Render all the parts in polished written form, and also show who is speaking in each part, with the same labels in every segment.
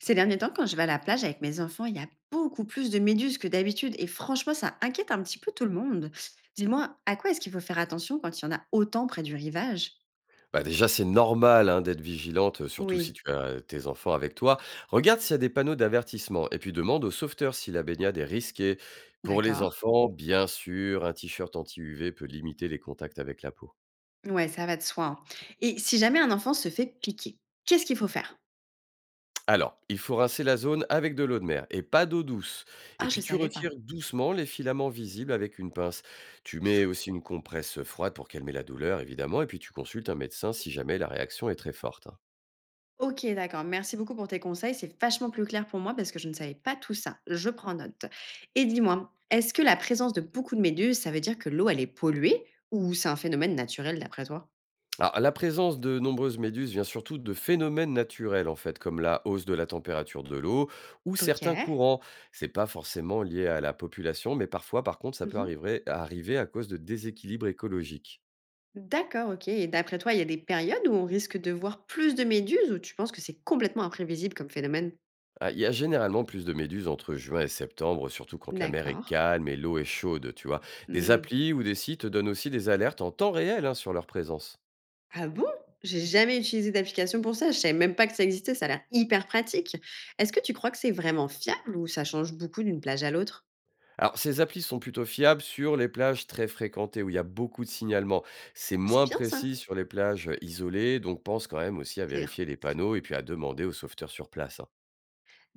Speaker 1: Ces derniers temps, quand je vais à la plage avec mes enfants, il y a beaucoup plus de méduses que d'habitude. Et franchement, ça inquiète un petit peu tout le monde. Dis-moi, à quoi est-ce qu'il faut faire attention quand il y en a autant près du rivage.
Speaker 2: Bah, déjà, c'est normal, hein, d'être vigilante, surtout si
Speaker 1: Oui,
Speaker 2: tu as, tes enfants avec toi. Regarde s'il y a des panneaux d'avertissement et puis demande au sauveteur si la baignade est risquée. Pour les
Speaker 1: d'accord.
Speaker 2: enfants, bien sûr, un t-shirt anti-UV peut limiter les contacts avec la peau.
Speaker 1: Ouais, ça va de soi, hein. Et si jamais un enfant se fait piquer, qu'est-ce qu'il faut faire.
Speaker 2: Alors, il faut rincer la zone avec de l'eau de mer et pas d'eau douce
Speaker 1: Ah,
Speaker 2: et
Speaker 1: je
Speaker 2: puis tu
Speaker 1: savais pas.
Speaker 2: retires doucement les filaments visibles avec une pince. Tu mets aussi une compresse froide pour calmer la douleur évidemment et puis tu consultes un médecin si jamais la réaction est très forte, hein.
Speaker 1: Ok, d'accord. Merci beaucoup pour tes conseils. C'est vachement plus clair pour moi parce que je ne savais pas tout ça. Je prends note. Et dis-moi, est-ce que la présence de beaucoup de méduses, ça veut dire que l'eau, elle est polluée ou c'est un phénomène naturel d'après toi.
Speaker 2: Alors, la présence de nombreuses méduses vient surtout de phénomènes naturels, en fait, comme la hausse de la température de l'eau ou
Speaker 1: Ok.
Speaker 2: certains courants. C'est pas forcément lié à la population, mais parfois, par contre, ça peut
Speaker 1: Mhm.
Speaker 2: arriver à cause de déséquilibres écologiques.
Speaker 1: D'accord, OK, et d'après toi, il y a des périodes où on risque de voir plus de méduses ou tu penses que c'est complètement imprévisible comme phénomène?
Speaker 2: Ah, il y a généralement plus de méduses entre juin et septembre, surtout quand la mer est
Speaker 1: D'accord.
Speaker 2: calme et l'eau est chaude, tu vois. Des
Speaker 1: Mmh.
Speaker 2: applis ou des sites donnent aussi des alertes en temps réel, hein, sur leur présence.
Speaker 1: Ah bon? J'ai jamais utilisé d'application pour ça, je savais même pas que ça existait, ça a l'air hyper pratique. Est-ce que tu crois que c'est vraiment fiable ou ça change beaucoup d'une plage à l'autre?
Speaker 2: Alors, ces applis sont plutôt fiables sur les plages très fréquentées où il y a beaucoup de signalements. C'est
Speaker 1: C'est
Speaker 2: moins
Speaker 1: bien ça.
Speaker 2: précis sur les plages isolées, donc pense quand même aussi à
Speaker 1: C'est
Speaker 2: vérifier les panneaux et puis à demander aux sauveteurs sur place, hein.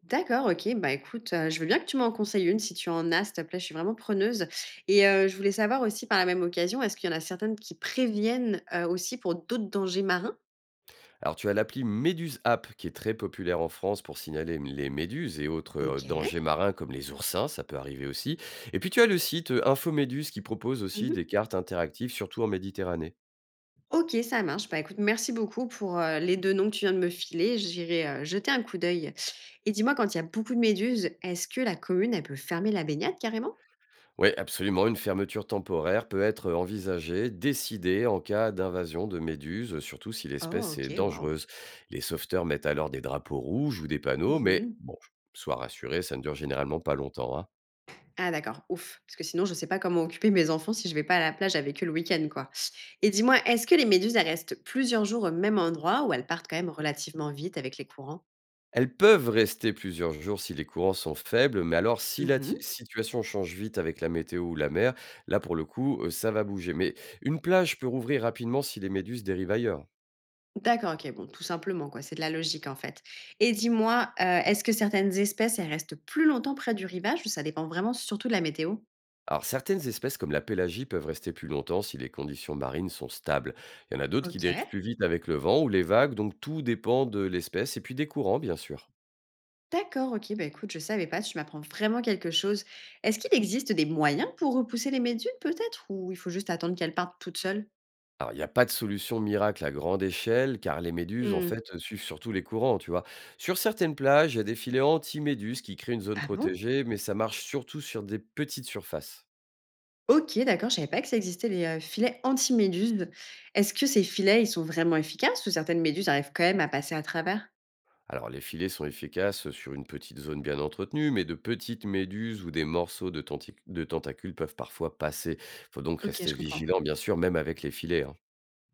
Speaker 1: D'accord, OK, bah, écoute, je veux bien que tu m'en conseilles une si tu en as, s'il te plaît, je suis vraiment preneuse, et je voulais savoir aussi par la même occasion, est-ce qu'il y en a certaines qui préviennent, aussi pour d'autres dangers marins?
Speaker 2: Alors, tu as l'appli Méduse App qui est très populaire en France pour signaler les méduses et autres
Speaker 1: OK.
Speaker 2: dangers marins comme les oursins, ça peut arriver aussi. Et puis, tu as le site Infoméduse qui propose aussi
Speaker 1: Mmh.
Speaker 2: des cartes interactives, surtout en Méditerranée.
Speaker 1: OK, ça marche. Bah, écoute, merci beaucoup pour, les 2 noms que tu viens de me filer. J'irai, jeter un coup d'œil, et dis-moi, quand il y a beaucoup de méduses, est-ce que la commune, elle peut fermer la baignade carrément?
Speaker 2: Oui, absolument. Une fermeture temporaire peut être envisagée, décidée en cas d'invasion de méduses, surtout si
Speaker 1: Oh
Speaker 2: l'espèce est
Speaker 1: OK, waouh.
Speaker 2: dangereuse. Les sauveteurs mettent alors des drapeaux rouges ou des panneaux, mais
Speaker 1: Mmh.
Speaker 2: bon, sois rassuré, ça ne dure généralement pas longtemps, hein.
Speaker 1: Ah d'accord, ouf, parce que sinon je ne sais pas comment occuper mes enfants si je vais pas à la plage avec eux le week-end, quoi. Et dis-moi, est-ce que les méduses, elles restent plusieurs jours au même endroit ou elles partent quand même relativement vite avec les courants?
Speaker 2: Elles peuvent rester plusieurs jours si les courants sont faibles, mais alors si la
Speaker 1: Mmh.
Speaker 2: situation change vite avec la météo ou la mer, là pour le coup, ça va bouger. Mais une plage peut rouvrir rapidement si les méduses dérivent ailleurs, hein.
Speaker 1: D'accord, OK, bon, tout simplement quoi, c'est de la logique en fait. Et dis-moi, est-ce que certaines espèces, elles restent plus longtemps près du rivage ou ça dépend vraiment surtout de la météo?
Speaker 2: Alors certaines espèces comme la pélagie peuvent rester plus longtemps si les conditions marines sont stables. Il y en a d'autres qui dérivent
Speaker 1: OK,
Speaker 2: plus vite avec le vent ou les vagues, donc tout dépend de l'espèce et puis des courants bien sûr.
Speaker 1: d'accord, OK, bah, écoute, je savais pas, tu m'apprends vraiment quelque chose. Est-ce qu'il existe des moyens pour repousser les méduses peut-être ou il faut juste attendre qu'elles partent toutes seules?
Speaker 2: Alors il n'y a pas de solution miracle à grande échelle car les méduses en
Speaker 1: Mmh.
Speaker 2: fait suivent surtout les courants, tu vois. Sur certaines plages, il y a des filets anti-méduses qui créent une zone
Speaker 1: Ah bon?
Speaker 2: protégée, mais ça marche surtout sur des petites surfaces.
Speaker 1: OK, d'accord, je savais pas que ça existait les, filets anti-méduses. Est-ce que ces filets, ils sont vraiment efficaces ou certaines méduses arrivent quand même à passer à travers?
Speaker 2: Alors les filets sont efficaces sur une petite zone bien entretenue, mais de petites méduses ou des morceaux de, de tentacules peuvent parfois passer. Faut donc
Speaker 1: OK,
Speaker 2: rester
Speaker 1: je comprends.
Speaker 2: vigilant, bien sûr, même avec les filets, hein.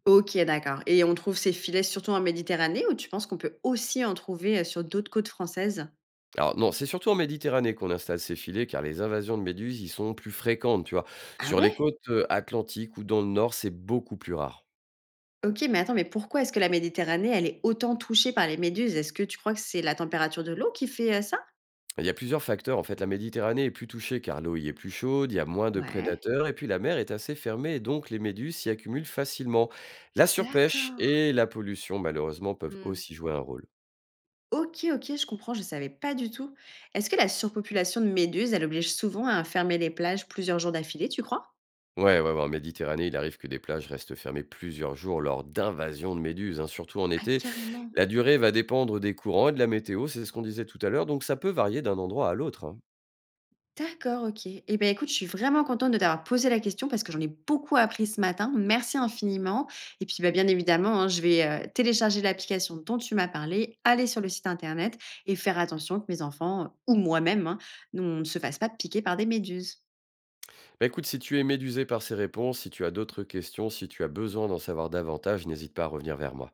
Speaker 1: OK, d'accord, et on trouve ces filets surtout en Méditerranée ou tu penses qu'on peut aussi en trouver, sur d'autres côtes françaises?
Speaker 2: Alors non, c'est surtout en Méditerranée qu'on installe ces filets, car les invasions de méduses y sont plus fréquentes, tu vois.
Speaker 1: Ah
Speaker 2: Sur les
Speaker 1: ouais?
Speaker 2: côtes atlantiques ou dans le nord, c'est beaucoup plus rare.
Speaker 1: OK, mais attends, mais pourquoi est-ce que la Méditerranée, elle est autant touchée par les méduses? Est-ce que tu crois que c'est la température de l'eau qui fait, ça?
Speaker 2: Bah, il y a plusieurs facteurs. En fait, la Méditerranée est plus touchée car l'eau y est plus chaude, il y a moins de
Speaker 1: Ouais,
Speaker 2: prédateurs et puis la mer est assez fermée et donc les méduses s'y accumulent facilement. La surpêche
Speaker 1: d'accord.
Speaker 2: et la pollution, malheureusement, peuvent
Speaker 1: Mmh.
Speaker 2: aussi jouer un rôle.
Speaker 1: OK, OK, je comprends, je savais pas du tout. Est-ce que la surpopulation de méduses, elle oblige souvent à fermer les plages plusieurs jours d'affilée, tu crois?
Speaker 2: Ouais, ouais, ouais, en Méditerranée, il arrive que des plages restent fermées plusieurs jours lors d'invasions de méduses, hein, surtout en
Speaker 1: Ah
Speaker 2: été.
Speaker 1: carrément!
Speaker 2: La durée va dépendre des courants et de la météo, c'est ce qu'on disait tout à l'heure, donc ça peut varier d'un endroit à l'autre, hein.
Speaker 1: D'accord, OK. Eh bien, écoute, je suis vraiment contente de t'avoir posé la question parce que j'en ai beaucoup appris ce matin. Merci infiniment, et puis, bah, bien évidemment, hein, je vais, télécharger l'application dont tu m'as parlé, aller sur le site internet et faire attention que mes enfants, ou moi-même, hein, ne se fassent pas piquer par des méduses.
Speaker 2: Bah écoute, si tu es médusé par ces réponses, si tu as d'autres questions, si tu as besoin d'en savoir davantage, n'hésite pas à revenir vers moi.